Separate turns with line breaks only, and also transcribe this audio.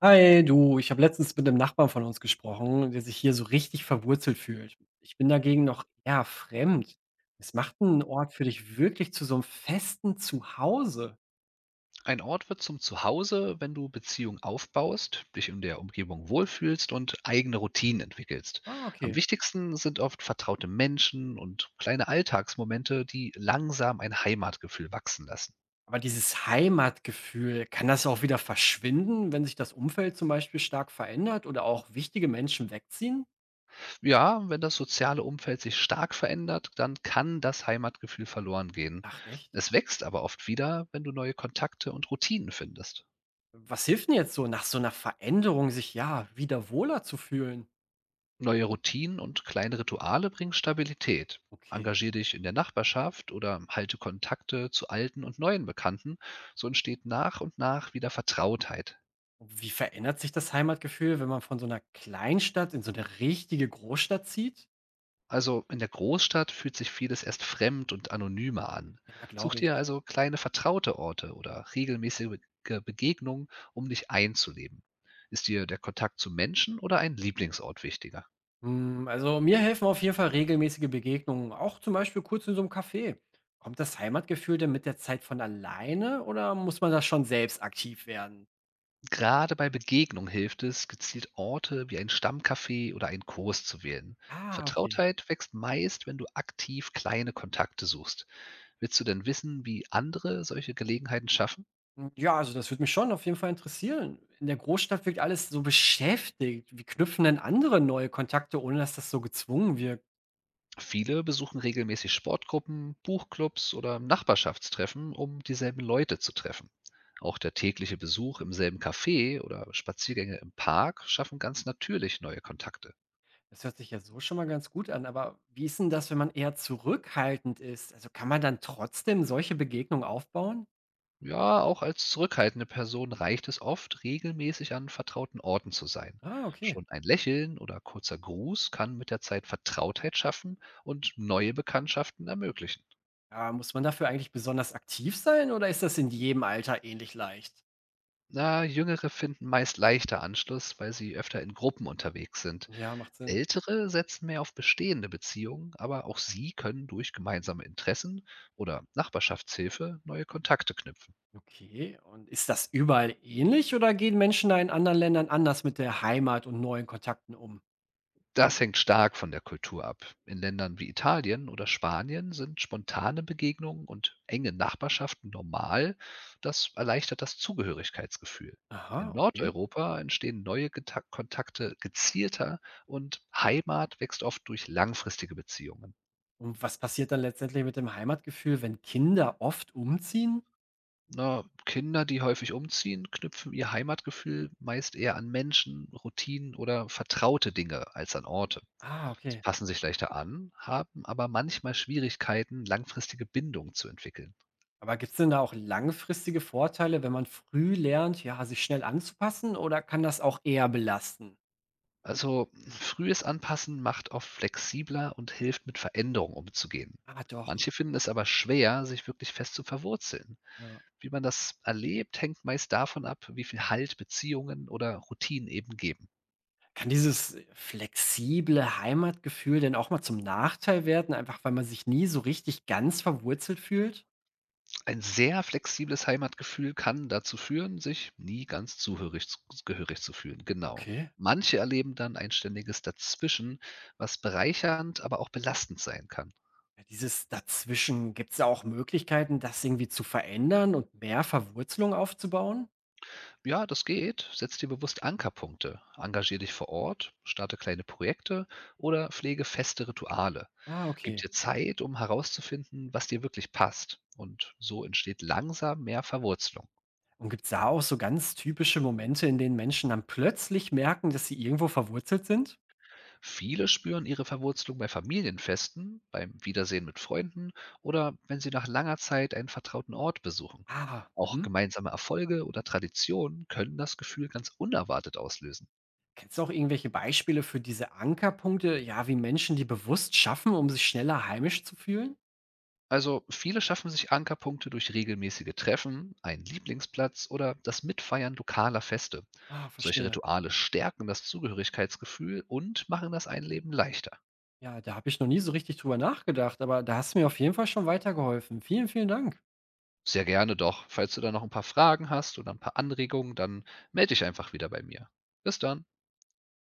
Hi, du, ich habe letztens mit einem Nachbarn von uns gesprochen, der sich hier so richtig verwurzelt fühlt. Ich bin dagegen noch eher fremd. Es macht einen Ort für dich wirklich zu so einem festen Zuhause.
Ein Ort wird zum Zuhause, wenn du Beziehungen aufbaust, dich in der Umgebung wohlfühlst und eigene Routinen entwickelst.
Ah,
Am
okay.
wichtigsten sind oft vertraute Menschen und kleine Alltagsmomente, die langsam ein Heimatgefühl wachsen lassen.
Aber dieses Heimatgefühl, kann das auch wieder verschwinden, wenn sich das Umfeld zum Beispiel stark verändert oder auch wichtige Menschen wegziehen?
Ja, wenn das soziale Umfeld sich stark verändert, dann kann das Heimatgefühl verloren gehen.
Ach echt?
Es wächst aber oft wieder, wenn du neue Kontakte und Routinen findest.
Was hilft denn jetzt so, nach so einer Veränderung sich ja wieder wohler zu fühlen?
Neue Routinen und kleine Rituale bringen Stabilität.
Okay.
Engagier dich in der Nachbarschaft oder halte Kontakte zu alten und neuen Bekannten. So entsteht nach und nach wieder Vertrautheit.
Wie verändert sich das Heimatgefühl, wenn man von so einer Kleinstadt in so eine richtige Großstadt zieht?
Also in der Großstadt fühlt sich vieles erst fremd und anonymer an.
Ja,
Such
glaube
dir
ich.
also kleine vertraute Orte oder regelmäßige Begegnungen, um dich einzuleben. Ist dir der Kontakt zu Menschen oder ein Lieblingsort wichtiger?
Hm, also, mir helfen auf jeden Fall regelmäßige Begegnungen, auch zum Beispiel kurz in so einem Café. Kommt das Heimatgefühl denn mit der Zeit von alleine oder muss man da schon selbst aktiv werden?
Gerade bei Begegnung hilft es, gezielt Orte wie ein Stammcafé oder einen Kurs zu wählen.
Ah, okay.
Vertrautheit wächst meist, wenn du aktiv kleine Kontakte suchst. Willst du denn wissen, wie andere solche Gelegenheiten schaffen?
Hm, ja, also, das würde mich schon auf jeden Fall interessieren. In der Großstadt wirkt alles so beschäftigt. Wie knüpfen denn andere neue Kontakte, ohne dass das so gezwungen wirkt?
Viele besuchen regelmäßig Sportgruppen, Buchclubs oder Nachbarschaftstreffen, um dieselben Leute zu treffen. Auch der tägliche Besuch im selben Café oder Spaziergänge im Park schaffen ganz natürlich neue Kontakte.
Das hört sich ja so schon mal ganz gut an, aber wie ist denn das, wenn man eher zurückhaltend ist? Also kann man dann trotzdem solche Begegnungen aufbauen?
Ja, auch als zurückhaltende Person reicht es oft, regelmäßig an vertrauten Orten zu sein.
Ah, okay.
Schon ein Lächeln oder kurzer Gruß kann mit der Zeit Vertrautheit schaffen und neue Bekanntschaften ermöglichen.
Ja, muss man dafür eigentlich besonders aktiv sein oder ist das in jedem Alter ähnlich leicht?
Na, Jüngere finden meist leichter Anschluss, weil sie öfter in Gruppen unterwegs sind.
Ja, macht Sinn.
Ältere setzen mehr auf bestehende Beziehungen, aber auch sie können durch gemeinsame Interessen oder Nachbarschaftshilfe neue Kontakte knüpfen.
Okay. Und ist das überall ähnlich oder gehen Menschen da in anderen Ländern anders mit der Heimat und neuen Kontakten um?
Das hängt stark von der Kultur ab. In Ländern wie Italien oder Spanien sind spontane Begegnungen und enge Nachbarschaften normal. Das erleichtert das Zugehörigkeitsgefühl.
Aha,
In
okay.
Nordeuropa entstehen neue Geta Kontakte gezielter und Heimat wächst oft durch langfristige Beziehungen.
Und was passiert dann letztendlich mit dem Heimatgefühl, wenn Kinder oft umziehen?
Na, Kinder, die häufig umziehen, knüpfen ihr Heimatgefühl meist eher an Menschen, Routinen oder vertraute Dinge als an Orte.
Ah,
Sie
okay.
passen sich leichter an, haben aber manchmal Schwierigkeiten, langfristige Bindung zu entwickeln.
Aber gibt's denn da auch langfristige Vorteile, wenn man früh lernt, ja, sich schnell anzupassen oder kann das auch eher belasten?
Also frühes Anpassen macht oft flexibler und hilft mit Veränderungen umzugehen.
Ah, doch.
Manche finden es aber schwer, sich wirklich fest zu verwurzeln.
Ja.
Wie man das erlebt, hängt meist davon ab, wie viel Halt Beziehungen oder Routinen eben geben.
Kann dieses flexible Heimatgefühl denn auch mal zum Nachteil werden, einfach weil man sich nie so richtig ganz verwurzelt fühlt?
Ein sehr flexibles Heimatgefühl kann dazu führen, sich nie ganz zuhörig z gehörig zu fühlen, genau.
Okay.
Manche erleben dann ein ständiges Dazwischen, was bereichernd, aber auch belastend sein kann.
Ja, dieses Dazwischen, gibt's da auch Möglichkeiten, das irgendwie zu verändern und mehr Verwurzelung aufzubauen?
Ja, das geht. Setz dir bewusst Ankerpunkte. Engagier dich vor Ort, starte kleine Projekte oder pflege feste Rituale.
Ah,
Gib
okay.
dir Zeit, um herauszufinden, was dir wirklich passt. Und so entsteht langsam mehr Verwurzelung.
Und gibt's da auch so ganz typische Momente, in denen Menschen dann plötzlich merken, dass sie irgendwo verwurzelt sind?
Viele spüren ihre Verwurzelung bei Familienfesten, beim Wiedersehen mit Freunden oder wenn sie nach langer Zeit einen vertrauten Ort besuchen.
Ah,
Auch
mhm.
gemeinsame Erfolge oder Traditionen können das Gefühl ganz unerwartet auslösen.
Kennst du auch irgendwelche Beispiele für diese Ankerpunkte, ja, wie Menschen die bewusst schaffen, um sich schneller heimisch zu fühlen?
Also viele schaffen sich Ankerpunkte durch regelmäßige Treffen, einen Lieblingsplatz oder das Mitfeiern lokaler Feste.
Ah,
Solche
verstehe.
Rituale stärken das Zugehörigkeitsgefühl und machen das Einleben leichter.
Ja, da habe ich noch nie so richtig drüber nachgedacht, aber da hast du mir auf jeden Fall schon weitergeholfen. Vielen, vielen Dank.
Sehr gerne doch. Falls du da noch ein paar Fragen hast oder ein paar Anregungen, dann melde dich einfach wieder bei mir. Bis dann.